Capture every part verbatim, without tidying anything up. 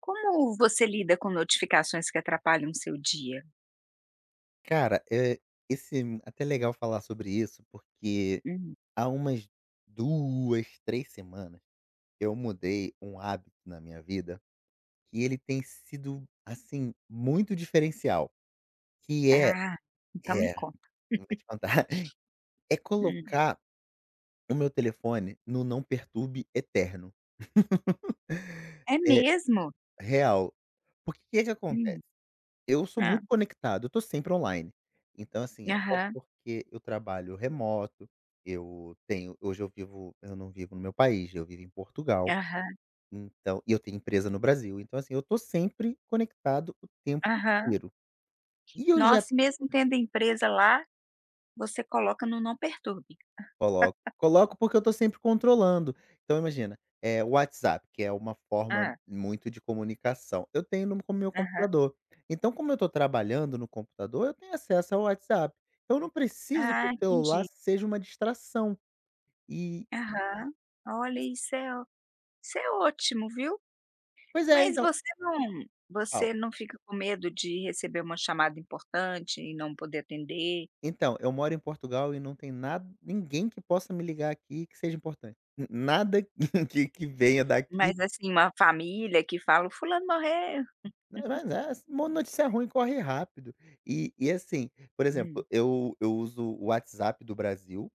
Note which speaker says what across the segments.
Speaker 1: Como você lida com notificações que atrapalham o seu dia?
Speaker 2: Cara, é esse é até legal falar sobre isso, porque
Speaker 1: Hum.
Speaker 2: há umas duas, três semanas eu mudei um hábito na minha vida que ele tem sido, assim, muito diferencial, que é
Speaker 1: Ah, então me
Speaker 2: é,
Speaker 1: conta.
Speaker 2: eu vou te contar, é
Speaker 1: Hum.
Speaker 2: colocar o meu telefone no não perturbe eterno.
Speaker 1: É
Speaker 2: É
Speaker 1: mesmo?
Speaker 2: real. Porque o que que acontece?
Speaker 1: Hum.
Speaker 2: Eu sou
Speaker 1: Hã.
Speaker 2: muito conectado, eu tô sempre online. Então assim, até
Speaker 1: Aham,
Speaker 2: porque eu trabalho remoto, eu tenho hoje eu vivo eu não vivo no meu país, eu vivo em Portugal,
Speaker 1: aham,
Speaker 2: então e eu tenho empresa no Brasil, então assim, eu tô sempre conectado o tempo
Speaker 1: aham.
Speaker 2: inteiro. E eu
Speaker 1: Nossa,
Speaker 2: já.
Speaker 1: e mesmo tendo a empresa lá, você coloca no não perturbe?
Speaker 2: Coloco. Coloco porque eu tô sempre controlando. Então imagina, é o WhatsApp, que é uma forma
Speaker 1: Hã.
Speaker 2: muito de comunicação, eu tenho no com o meu
Speaker 1: Aham.
Speaker 2: computador. Então como eu tô trabalhando no computador, eu tenho acesso ao WhatsApp. Então, eu não preciso que
Speaker 1: Ah,
Speaker 2: o celular
Speaker 1: entendi.
Speaker 2: seja uma distração. E
Speaker 1: Aham. Olha, isso é ó isso é ótimo, viu.
Speaker 2: pois é,
Speaker 1: Mas
Speaker 2: então
Speaker 1: você não
Speaker 2: fala.
Speaker 1: você não fica com medo de receber uma chamada importante e não poder atender?
Speaker 2: Então, eu moro em Portugal e não tem nada ninguém que possa me ligar aqui que seja importante. N nada que que venha daqui.
Speaker 1: Mas, assim, uma família que fala: "O fulano morreu".
Speaker 2: Né, mas é uma notícia ruim corre rápido. E e assim, por
Speaker 1: Hum,
Speaker 2: exemplo, eu eu uso o WhatsApp do Brasil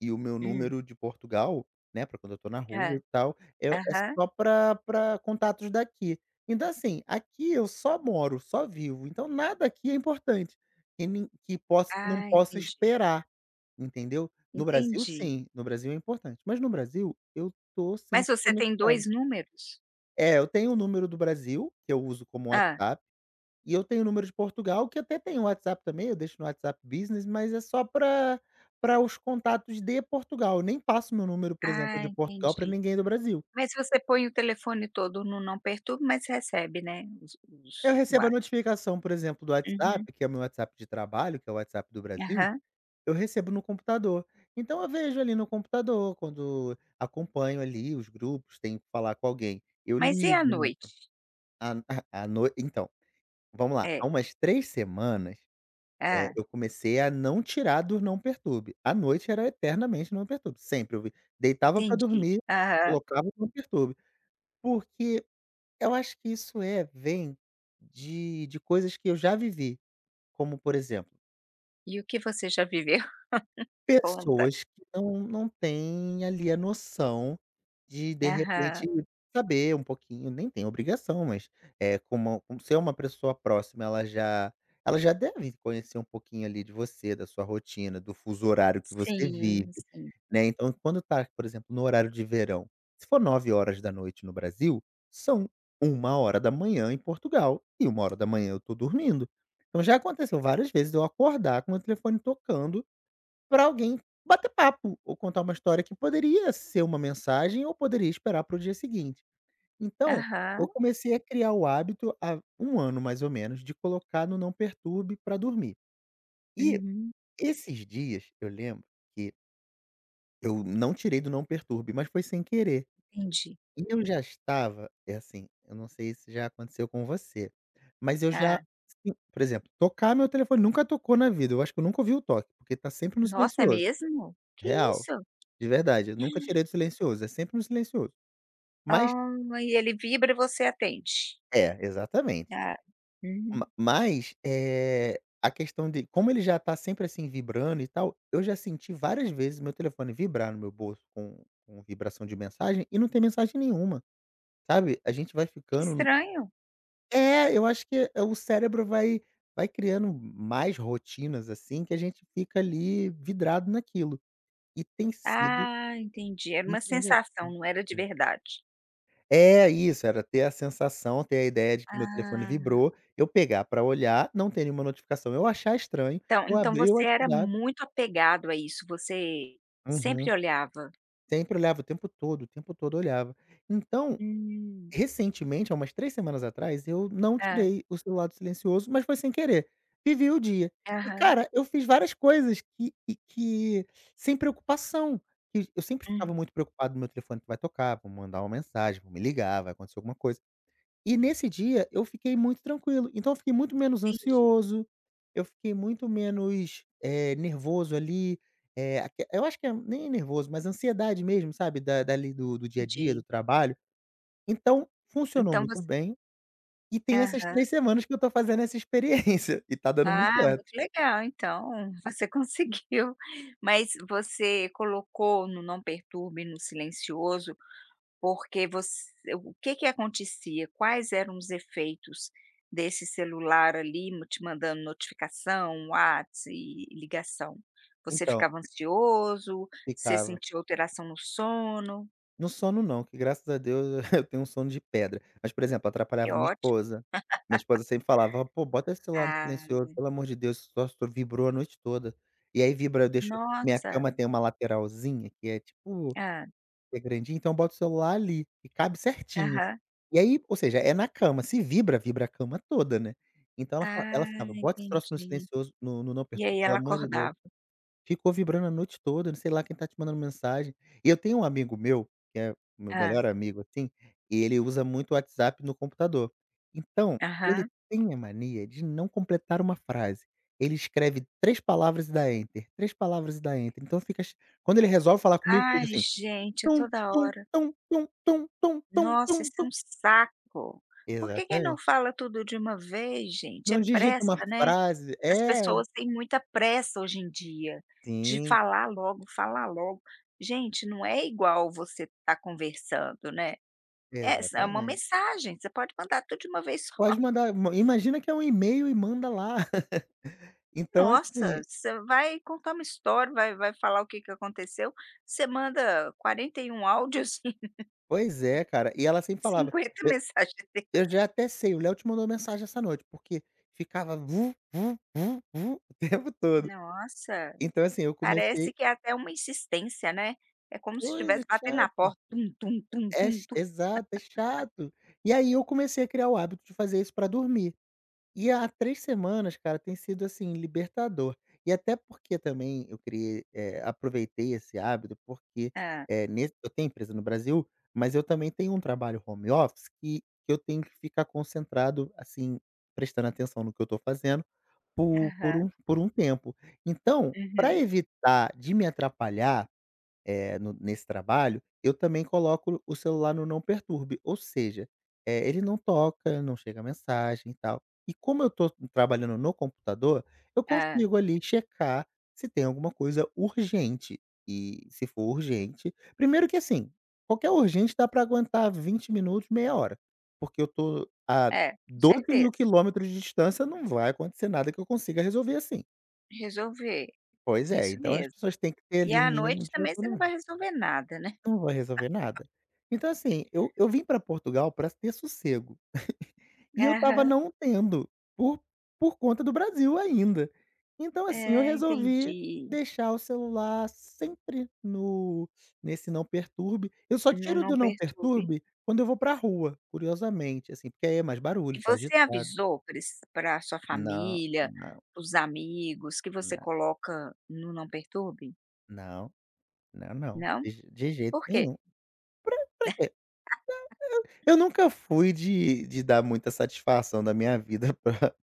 Speaker 2: e o meu
Speaker 1: hum.
Speaker 2: número de Portugal, né, pra quando eu tô na rua
Speaker 1: Hã.
Speaker 2: e tal, é é
Speaker 1: Aham.
Speaker 2: só pra pra contatos daqui. Então assim, aqui eu só moro, só vivo, então nada aqui é importante, que nin que possa que não
Speaker 1: Ah,
Speaker 2: possa
Speaker 1: entendi,
Speaker 2: esperar, entendeu. No Brasil
Speaker 1: entendi.
Speaker 2: sim, no Brasil é importante, mas no Brasil eu tô
Speaker 1: Mas
Speaker 2: sempre
Speaker 1: você tem dois
Speaker 2: conectado.
Speaker 1: números?
Speaker 2: É, eu tenho o número do Brasil, que eu uso como
Speaker 1: Hã.
Speaker 2: WhatsApp, e eu tenho o número de Portugal, que até tem o WhatsApp também, eu deixo no WhatsApp Business, mas é só para para os contatos de Portugal, eu nem passo meu número, por exemplo,
Speaker 1: Ah,
Speaker 2: de Portugal para
Speaker 1: entendi.
Speaker 2: ninguém do Brasil.
Speaker 1: Mas você põe o telefone todo no não perturbe, mas recebe, né, os
Speaker 2: Eu
Speaker 1: os
Speaker 2: recebo a
Speaker 1: whats.
Speaker 2: notificação, por exemplo, do
Speaker 1: Uhum.
Speaker 2: WhatsApp, que é o meu WhatsApp de trabalho, que é o WhatsApp do Brasil,
Speaker 1: Aham.
Speaker 2: eu recebo no computador. Então eu vejo ali no computador, quando acompanho ali os grupos, tenho que falar com alguém, eu
Speaker 1: Mas e à
Speaker 2: ligo no
Speaker 1: noite?
Speaker 2: à à no então, vamos lá, há
Speaker 1: É.
Speaker 2: umas três semanas. É,
Speaker 1: Hã,
Speaker 2: eu comecei a não tirar do não perturbe. À noite era eternamente não perturbe, sempre eu vi deitava pra
Speaker 1: entendi.
Speaker 2: dormir,
Speaker 1: Aham.
Speaker 2: colocava o não perturbe, porque eu acho que isso é vem de de coisas que eu já vivi, como por exemplo.
Speaker 1: E o que você já viveu? Conta.
Speaker 2: Pessoas que não não têm ali a noção de, de
Speaker 1: Aham.
Speaker 2: repente, saber um pouquinho, nem tem obrigação, mas é como como ser uma pessoa próxima, ela já ela já deve conhecer um pouquinho ali de você, da sua rotina, do fuso horário que você
Speaker 1: Sim,
Speaker 2: vive,
Speaker 1: sim.
Speaker 2: né. Então quando tá, por exemplo, no horário de verão, se for nove horas da noite no Brasil, são uma hora da manhã em Portugal e uma hora da manhã eu tô dormindo. Então já aconteceu várias vezes eu acordar com o telefone tocando para alguém bater papo ou contar uma história que poderia ser uma mensagem ou poderia esperar para o dia seguinte. Então, eu
Speaker 1: Aham.
Speaker 2: comecei a criar o hábito há um ano mais ou menos de colocar no não perturbe para dormir. E
Speaker 1: Uhum.
Speaker 2: esses dias eu lembro que eu não tirei do não perturbe, mas foi sem querer.
Speaker 1: Entendi.
Speaker 2: E eu já estava, é assim, eu não sei se já aconteceu com você, mas eu já
Speaker 1: Hã.
Speaker 2: sim, por exemplo, tocar meu telefone nunca tocou na vida, eu acho que eu nunca ouvi o toque, porque tá sempre no
Speaker 1: Nossa, é
Speaker 2: silencioso,
Speaker 1: mesmo? Que
Speaker 2: real.
Speaker 1: isso?
Speaker 2: De verdade, eu nunca tirei do silencioso, é sempre no silencioso. Mas
Speaker 1: Ah, e ele vibra e você atende?
Speaker 2: é, exatamente.
Speaker 1: Ah,
Speaker 2: Ma
Speaker 1: uhum.
Speaker 2: mas, eh, a questão de como ele já tá sempre, assim, vibrando e tal, eu já senti várias vezes meu telefone vibrar no meu bolso com com vibração de mensagem e não tem mensagem nenhuma, sabe. A gente vai
Speaker 1: Que
Speaker 2: ficando.
Speaker 1: estranho.
Speaker 2: é, eu acho que é, o cérebro vai vai criando mais rotinas, assim, que a gente fica ali vidrado naquilo. E tem sido.
Speaker 1: Ah, entendi, era uma
Speaker 2: Entendeu?
Speaker 1: sensação, não era de verdade.
Speaker 2: É isso, era ter a sensação, ter a ideia de que meu telefone
Speaker 1: Ah,
Speaker 2: vibrou, eu pegar pra olhar, não ter nenhuma notificação, eu achar estranho,
Speaker 1: então
Speaker 2: eu
Speaker 1: então
Speaker 2: abri o
Speaker 1: você era
Speaker 2: WhatsApp,
Speaker 1: muito apegado a isso, você sempre
Speaker 2: uhum.
Speaker 1: olhava?
Speaker 2: Sempre olhava o tempo todo, o tempo todo olhava. Então,
Speaker 1: Hum.
Speaker 2: recentemente, há umas três semanas atrás, eu não
Speaker 1: Hã.
Speaker 2: tirei o celular do silencioso, mas foi sem querer. Vivi o dia. E
Speaker 1: Aham.
Speaker 2: cara, eu fiz várias coisas que e que sem preocupação, que eu sempre
Speaker 1: Hum,
Speaker 2: ficava muito preocupado, meu telefone vai tocar, vou mandar uma mensagem, vou me ligar, vai acontecer alguma coisa. E nesse dia eu fiquei muito tranquilo, então eu fiquei muito menos
Speaker 1: entendi,
Speaker 2: ansioso, eu fiquei muito menos, eh, nervoso ali, eh, aque eu acho que é nem nervoso, mas ansiedade mesmo, sabe, da dali do do dia a dia, do
Speaker 1: entendi.
Speaker 2: trabalho. Então funcionou
Speaker 1: Então
Speaker 2: muito
Speaker 1: você
Speaker 2: bem, e tem essas
Speaker 1: Aham.
Speaker 2: três semanas que eu tô fazendo essa experiência e tá dando muito
Speaker 1: Ah,
Speaker 2: certo.
Speaker 1: muito legal então, você conseguiu. Mas você colocou no não perturbe, no silencioso. Porque você O que que acontecia? Quais eram os efeitos desse celular ali mo te mandando notificação, WhatsApp e ligação? Você
Speaker 2: Então,
Speaker 1: ficava ansioso? Você
Speaker 2: ficava.
Speaker 1: sentiu alteração no sono?
Speaker 2: No sono não, que graças a Deus eu tenho um sono de pedra. Mas, por exemplo,
Speaker 1: É
Speaker 2: atrapalhava minha
Speaker 1: ótimo.
Speaker 2: esposa. Minha esposa sempre falava: "Pô, bota esse celular no
Speaker 1: Ah,
Speaker 2: silencioso, pelo amor de Deus, só só vibrou a noite toda". E aí vibra, eu deixo. Minha
Speaker 1: nossa.
Speaker 2: cama tem uma lateralzinha que é tipo
Speaker 1: Ah,
Speaker 2: é grandinha, então eu boto o celular ali, que cabe certinho.
Speaker 1: aham.
Speaker 2: E aí, ou seja, é na cama, se vibra, vibra a cama toda, né. Então ela fa
Speaker 1: Ah,
Speaker 2: ela ficava: "Bota esse troço no
Speaker 1: entendi.
Speaker 2: silencioso, no no não
Speaker 1: E
Speaker 2: perturba,
Speaker 1: aí
Speaker 2: pelo
Speaker 1: ela
Speaker 2: amor de Deus".
Speaker 1: acordava.
Speaker 2: Ficou vibrando a noite toda, não sei lá quem tá te mandando mensagem. E eu tenho um amigo meu, que é o meu
Speaker 1: Ah,
Speaker 2: melhor amigo, assim, e ele usa muito o WhatsApp no computador. Então, ele
Speaker 1: aham.
Speaker 2: tem a mania de não completar uma frase. Ele escreve três palavras e dá enter, três palavras e dá enter, então fica ch quando ele resolve falar comigo, fica
Speaker 1: Ai
Speaker 2: assim:
Speaker 1: gente, é
Speaker 2: tum,
Speaker 1: toda
Speaker 2: tum,
Speaker 1: hora.
Speaker 2: tum, tum, tum, tum,
Speaker 1: Nossa,
Speaker 2: tum,
Speaker 1: isso é
Speaker 2: tum.
Speaker 1: um saco. Por que que não
Speaker 2: Exatamente.
Speaker 1: fala tudo de uma vez, gente? É
Speaker 2: Não digita
Speaker 1: pressa,
Speaker 2: uma
Speaker 1: né.
Speaker 2: frase
Speaker 1: As
Speaker 2: é.
Speaker 1: pessoas têm muita pressa hoje em dia de
Speaker 2: Sim,
Speaker 1: falar logo, falar logo. Gente, não é igual você estar conversando, né. É s é uma
Speaker 2: exatamente.
Speaker 1: mensagem, você pode mandar tudo de uma vez só.
Speaker 2: Pode mandar. Ma Imagina que é um e-mail e manda lá. Então,
Speaker 1: Nossa,
Speaker 2: assim,
Speaker 1: você vai contar uma história, vai vai falar o que que aconteceu, você manda quarenta e um áudios e
Speaker 2: pois é, cara. E ela sempre falava:
Speaker 1: cinquenta
Speaker 2: "Eu
Speaker 1: mensagens.
Speaker 2: eu já até sei, o Léo te mandou mensagem essa noite", porque ficava "vu, vu, vu, vu" o tempo todo.
Speaker 1: Nossa.
Speaker 2: Então, assim, eu
Speaker 1: Parece
Speaker 2: comecei.
Speaker 1: que é até uma insistência, né. É como se
Speaker 2: Coisa
Speaker 1: estivesse batendo na
Speaker 2: chata.
Speaker 1: porta, tum, tum, tum,
Speaker 2: É
Speaker 1: tum,
Speaker 2: ch
Speaker 1: tum.
Speaker 2: Exato, é chato. E aí eu comecei a criar o hábito de fazer isso pra dormir. E há três semanas, cara, tem sido, assim, libertador. E até porque também eu criei, eh, aproveitei esse hábito, porque,
Speaker 1: Ah,
Speaker 2: eh, nesse eu tenho empresa no Brasil, mas eu também tenho um trabalho home office que que eu tenho que ficar concentrado, assim, prestando atenção no que eu estou fazendo, por por
Speaker 1: aham.
Speaker 2: um por um tempo. Então, para
Speaker 1: Uhum.
Speaker 2: evitar de me atrapalhar eh, no nesse trabalho, eu também coloco o celular no não perturbe, ou seja, eh, ele não toca, não chega mensagem e tal. E como eu estou trabalhando no computador, eu
Speaker 1: Hã.
Speaker 2: consigo ali checar se tem alguma coisa urgente, e se for urgente primeiro que assim, qualquer urgente dá para aguentar vinte minutos, meia hora, porque eu tô a
Speaker 1: É, com
Speaker 2: doze mil
Speaker 1: certeza.
Speaker 2: quilômetros de distância, não vai acontecer nada que eu consiga resolver assim.
Speaker 1: Resolver,
Speaker 2: Pois é,
Speaker 1: isso
Speaker 2: então as
Speaker 1: mesmo.
Speaker 2: pessoas têm que ter
Speaker 1: E
Speaker 2: ali
Speaker 1: à
Speaker 2: mínimo
Speaker 1: noite
Speaker 2: de
Speaker 1: também você não
Speaker 2: autonomia.
Speaker 1: vai resolver nada, né.
Speaker 2: Não vai resolver nada. Então assim, eu eu vim para Portugal para ter sossego. E eu estava
Speaker 1: Aham.
Speaker 2: não tendo, por por conta do Brasil ainda. Então assim, eu
Speaker 1: É,
Speaker 2: resolvi
Speaker 1: entendi.
Speaker 2: deixar o celular sempre no nesse não perturbe. Eu só
Speaker 1: No
Speaker 2: tiro
Speaker 1: não
Speaker 2: do não
Speaker 1: perturbe.
Speaker 2: perturbe quando eu vou pra rua, curiosamente, assim, porque aí é mais
Speaker 1: E
Speaker 2: barulho, tá
Speaker 1: você
Speaker 2: agitado.
Speaker 1: avisou para sua
Speaker 2: Não,
Speaker 1: família,
Speaker 2: não,
Speaker 1: os amigos que você
Speaker 2: não,
Speaker 1: coloca no não perturbe?
Speaker 2: não, não, não,
Speaker 1: Não?
Speaker 2: de de jeito
Speaker 1: Por quê?
Speaker 2: nenhum. Pra pra quê? Eu nunca fui de de dar muita satisfação da minha vida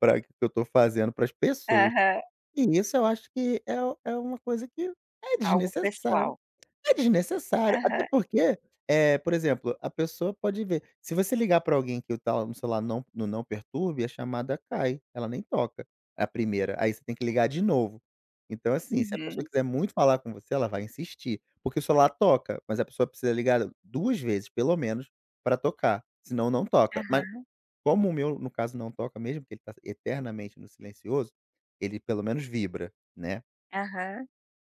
Speaker 2: para o que eu tô fazendo para as pessoas.
Speaker 1: Aham.
Speaker 2: E isso eu acho que é é uma coisa que é
Speaker 1: Algo
Speaker 2: desnecessária.
Speaker 1: pessoal.
Speaker 2: É desnecessário, até
Speaker 1: Aham.
Speaker 2: porque, é, por exemplo, a pessoa pode ver, se você ligar pra alguém que o tal no celular não no não perturbe, a chamada cai, ela nem toca, a primeira, aí você tem que ligar de novo. Então assim, se a pessoa
Speaker 1: Uhum.
Speaker 2: quiser muito falar com você, ela vai insistir, porque o celular toca, mas a pessoa precisa ligar duas vezes pelo menos pra tocar, senão não toca. Mas
Speaker 1: Aham.
Speaker 2: como o meu no caso não toca mesmo, porque ele tá eternamente no silencioso, ele pelo menos vibra, né.
Speaker 1: Aham.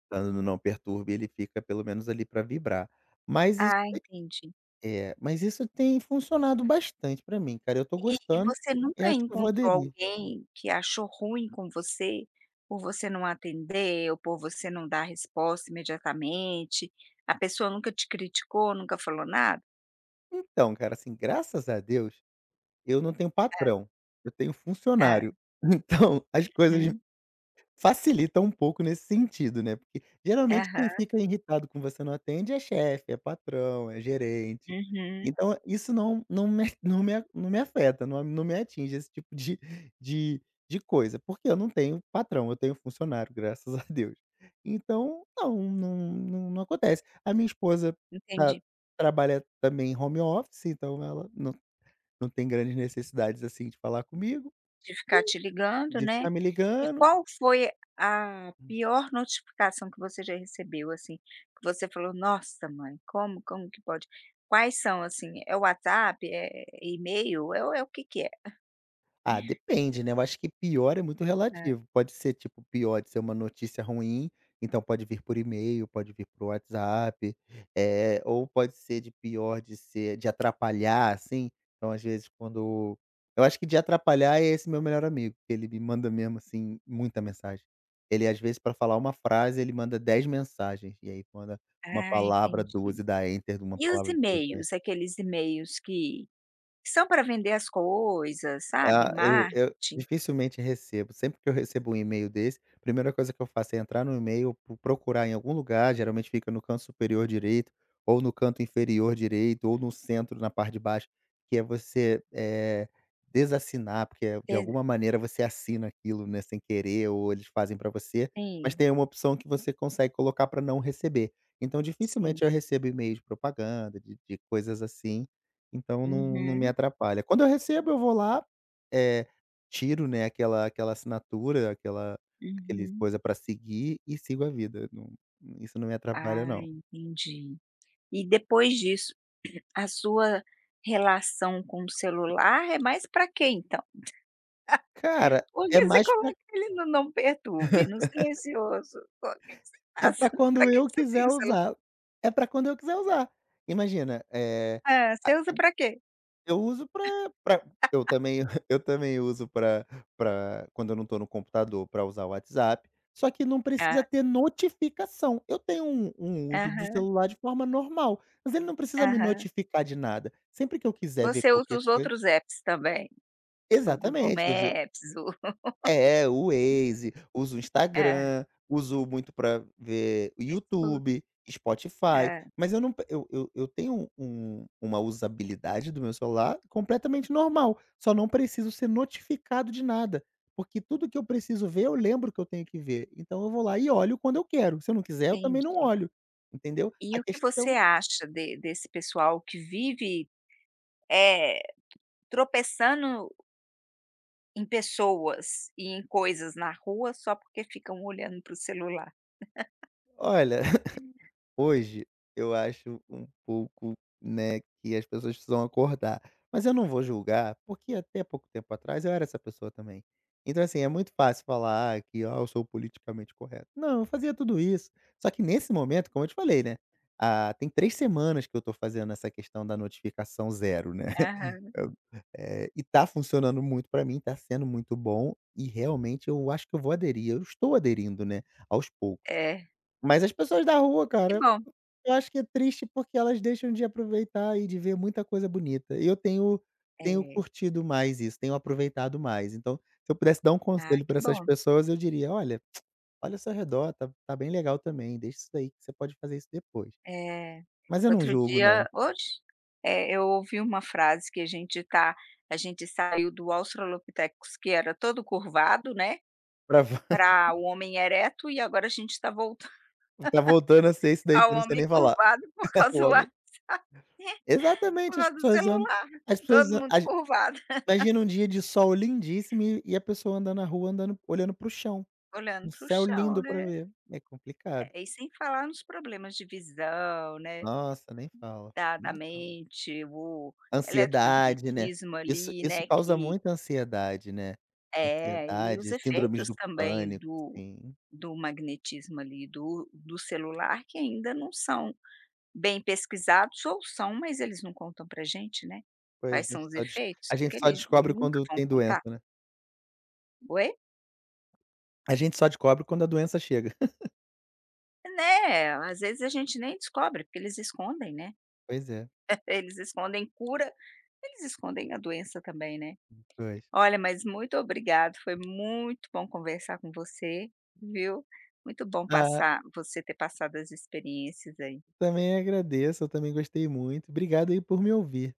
Speaker 2: Estando no não perturbe, ele fica pelo menos ali para vibrar. Mas isso
Speaker 1: Ah, entendi.
Speaker 2: é, mas isso tem funcionado bastante para mim, cara, eu tô
Speaker 1: E e
Speaker 2: gostando
Speaker 1: você
Speaker 2: e
Speaker 1: nunca
Speaker 2: acho que eu vou
Speaker 1: encontrou
Speaker 2: aderir.
Speaker 1: alguém que achou ruim com você, por você não atender ou por você não dar resposta imediatamente? A pessoa nunca te criticou, nunca falou nada?
Speaker 2: Então, cara, assim, graças a Deus, eu não tenho
Speaker 1: Ah,
Speaker 2: patrão, eu tenho
Speaker 1: ah,
Speaker 2: funcionário. Então, as coisas
Speaker 1: uhum.
Speaker 2: facilita um pouco nesse sentido, né, porque geralmente quem
Speaker 1: Aham.
Speaker 2: fica irritado com você não atende é chefe, é patrão, é gerente.
Speaker 1: Uhum.
Speaker 2: Então isso não não me não me a- não me afeta, não não me atinge esse tipo de de de coisa, porque eu não tenho patrão, eu tenho funcionário, graças a Deus. Então não, não não não acontece. A minha esposa, ah,
Speaker 1: Entendi.
Speaker 2: trabalha também em home office, então ela não não tem grandes necessidades, assim, de falar comigo,
Speaker 1: De ficar te ligando,
Speaker 2: de
Speaker 1: né.
Speaker 2: ficar me
Speaker 1: E
Speaker 2: ligando.
Speaker 1: qual foi a pior notificação que você já recebeu, assim, que você falou: "Nossa mãe, como como que pode?" Quais são, assim, é o WhatsApp, é e-mail, é o é o que que é?
Speaker 2: Ah, depende, né, eu acho que pior é muito
Speaker 1: Ah,
Speaker 2: relativo, pode ser, tipo, pior de ser uma notícia ruim, então pode vir por e-mail, pode vir por WhatsApp, é ou pode ser de pior de ser de atrapalhar, assim, então às vezes quando eu acho que de atrapalhar é esse meu melhor amigo, que ele me manda mesmo, assim, muita mensagem. Ele às vezes para falar uma frase ele manda dez mensagens, e aí manda uma
Speaker 1: ah,
Speaker 2: palavra,
Speaker 1: entendi.
Speaker 2: doze, dá enter, uma
Speaker 1: E os
Speaker 2: palavra, doze.
Speaker 1: e-mails, aqueles e-mails que são para vender as coisas, sabe,
Speaker 2: Ah, e eu
Speaker 1: marketing?
Speaker 2: dificilmente recebo. Sempre que eu recebo um e-mail desse, a primeira coisa que eu faço é entrar no e-mail, pro procurar em algum lugar, geralmente fica no canto superior direito, ou no canto inferior direito, ou no centro, na parte de baixo, que é você, eh, desassinar, porque, eh, de
Speaker 1: Ex
Speaker 2: alguma maneira você assina aquilo, né, sem querer ou eles fazem para você, mas
Speaker 1: Sim,
Speaker 2: tem uma opção que você consegue colocar para não receber. Então
Speaker 1: sim.
Speaker 2: dificilmente eu recebo e-mail de propaganda, de de coisas assim, então não não me
Speaker 1: Uhum,
Speaker 2: atrapalha. Quando eu recebo eu vou lá eh, tiro, né, aquela aquela assinatura, aquela aquele
Speaker 1: uhum.
Speaker 2: coisa pra seguir e sigo a vida, não isso não me atrapalha
Speaker 1: Ah,
Speaker 2: não.
Speaker 1: entendi. E depois disso, a sua relação com o celular é mais para quê então?
Speaker 2: Cara, é
Speaker 1: Porque você
Speaker 2: mais pra
Speaker 1: coloca ele no não perturbe, no silencioso, co que que você
Speaker 2: é
Speaker 1: passa?
Speaker 2: pra
Speaker 1: Pra
Speaker 2: quando
Speaker 1: que
Speaker 2: eu
Speaker 1: que você tem
Speaker 2: quiser
Speaker 1: o celular?
Speaker 2: usar. É pra quando eu quiser usar. Imagina, eh
Speaker 1: Ah, você usa para quê?
Speaker 2: eu uso pra pra eu também eu também uso pra para, quando eu não tô no computador, pra usar o WhatsApp, só que não precisa
Speaker 1: Ah,
Speaker 2: ter notificação. Eu tenho um um uso do
Speaker 1: aham,
Speaker 2: celular de forma normal, mas ele não precisa me
Speaker 1: aham.
Speaker 2: notificar de nada. Sempre que eu quiser ver
Speaker 1: Você usa
Speaker 2: qualquer
Speaker 1: os
Speaker 2: coisa
Speaker 1: outros apps também? O Google
Speaker 2: exatamente, você
Speaker 1: Maps, o
Speaker 2: é, o Waze, uso o
Speaker 1: hã,
Speaker 2: Instagram, uso muito pra ver o
Speaker 1: Facebook.
Speaker 2: YouTube, Spotify,
Speaker 1: Hã,
Speaker 2: mas eu não pe eu eu eu tenho um uma usabilidade do meu celular completamente normal, só não preciso ser notificado de nada, porque tudo que eu preciso ver, eu lembro que eu tenho que ver, então eu vou lá e olho quando eu quero, se eu não quiser, eu também não
Speaker 1: entendi.
Speaker 2: olho, entendeu?
Speaker 1: E
Speaker 2: A
Speaker 1: o que você
Speaker 2: questão
Speaker 1: acha de desse pessoal que vive, eh, tropeçando em pessoas e em coisas na rua só porque ficam olhando para o celular.
Speaker 2: olha, hoje, eu acho um pouco, né, que as pessoas precisam acordar. Mas eu não vou julgar, porque até pouco tempo atrás eu era essa pessoa também. Então, assim, é muito fácil falar que, ah, eu sou politicamente correto. Não, eu fazia tudo isso. Só que nesse momento, como eu te falei, né? Ah, tem três semanas que eu tô fazendo essa questão da notificação zero, né?
Speaker 1: Aham.
Speaker 2: Eu, eh, e tá funcionando muito pra mim, tá sendo muito bom e realmente eu acho que eu vou aderir. Eu estou aderindo, né, aos poucos.
Speaker 1: É.
Speaker 2: Mas as pessoas da rua,
Speaker 1: Que
Speaker 2: cara,
Speaker 1: bom.
Speaker 2: eu acho que é triste porque elas deixam de aproveitar e de ver muita coisa bonita. Eu tenho tenho
Speaker 1: É.
Speaker 2: curtido mais isso, tenho aproveitado mais. Então, se eu pudesse dar um
Speaker 1: Ah,
Speaker 2: conselho para
Speaker 1: que
Speaker 2: essas
Speaker 1: bom.
Speaker 2: pessoas, eu diria: "Olha, olha ao seu redor, tá tá bem legal também, deixa isso daí que você pode fazer isso depois".
Speaker 1: É.
Speaker 2: Mas eu não
Speaker 1: Outro
Speaker 2: julgo não,
Speaker 1: dia hoje, eh, eu ouvi uma frase que a gente tá a gente saiu do australopithecus, que era todo curvado, né,
Speaker 2: pra vo
Speaker 1: para o homem ereto e agora a gente está voltando
Speaker 2: tá voltando a ser isso daí que
Speaker 1: ao
Speaker 2: eu não sei
Speaker 1: homem
Speaker 2: nem falar.
Speaker 1: curvado por
Speaker 2: O
Speaker 1: causa do
Speaker 2: homem.
Speaker 1: a por
Speaker 2: Exatamente, as
Speaker 1: causa do
Speaker 2: pessoas andam
Speaker 1: celular.
Speaker 2: as pessoas
Speaker 1: Todo
Speaker 2: an
Speaker 1: mundo
Speaker 2: as
Speaker 1: curvado,
Speaker 2: imagina um dia de sol lindíssimo e e a pessoa andando na rua, andando olhando para o chão,
Speaker 1: olhando
Speaker 2: um
Speaker 1: para o
Speaker 2: céu
Speaker 1: chão,
Speaker 2: lindo para
Speaker 1: né.
Speaker 2: ver. É complicado.
Speaker 1: É, e sem falar nos problemas de visão, né,
Speaker 2: Nossa, nem fala,
Speaker 1: da da
Speaker 2: nem fala.
Speaker 1: mente, o
Speaker 2: Ansiedade, né.
Speaker 1: eletromagnetismo
Speaker 2: Isso
Speaker 1: ali,
Speaker 2: isso
Speaker 1: né,
Speaker 2: causa
Speaker 1: que
Speaker 2: muita ansiedade, né.
Speaker 1: é, e os
Speaker 2: Ansiedade, síndromes
Speaker 1: efeitos
Speaker 2: do
Speaker 1: também
Speaker 2: pânico,
Speaker 1: do
Speaker 2: assim,
Speaker 1: do magnetismo ali, do do celular, que ainda não são bem pesquisados, ou são, mas eles não contam pra gente, né,
Speaker 2: pois
Speaker 1: quais
Speaker 2: a
Speaker 1: são
Speaker 2: gente
Speaker 1: os
Speaker 2: só des
Speaker 1: efeitos,
Speaker 2: a gente
Speaker 1: porque
Speaker 2: só
Speaker 1: eles
Speaker 2: descobre
Speaker 1: nunca
Speaker 2: quando
Speaker 1: vão
Speaker 2: tem doença,
Speaker 1: contar.
Speaker 2: né.
Speaker 1: Oi?
Speaker 2: A gente só descobre quando a doença chega.
Speaker 1: Né, às vezes a gente nem descobre, porque eles escondem, né,
Speaker 2: Pois é,
Speaker 1: eles escondem cura, eles escondem a doença também, né.
Speaker 2: pois.
Speaker 1: Olha, mas muito obrigado, foi muito bom conversar com você, viu. Muito bom
Speaker 2: Ah,
Speaker 1: passar você ter passado as experiências aí.
Speaker 2: também agradeço, eu também gostei muito. Obrigado aí por me ouvir.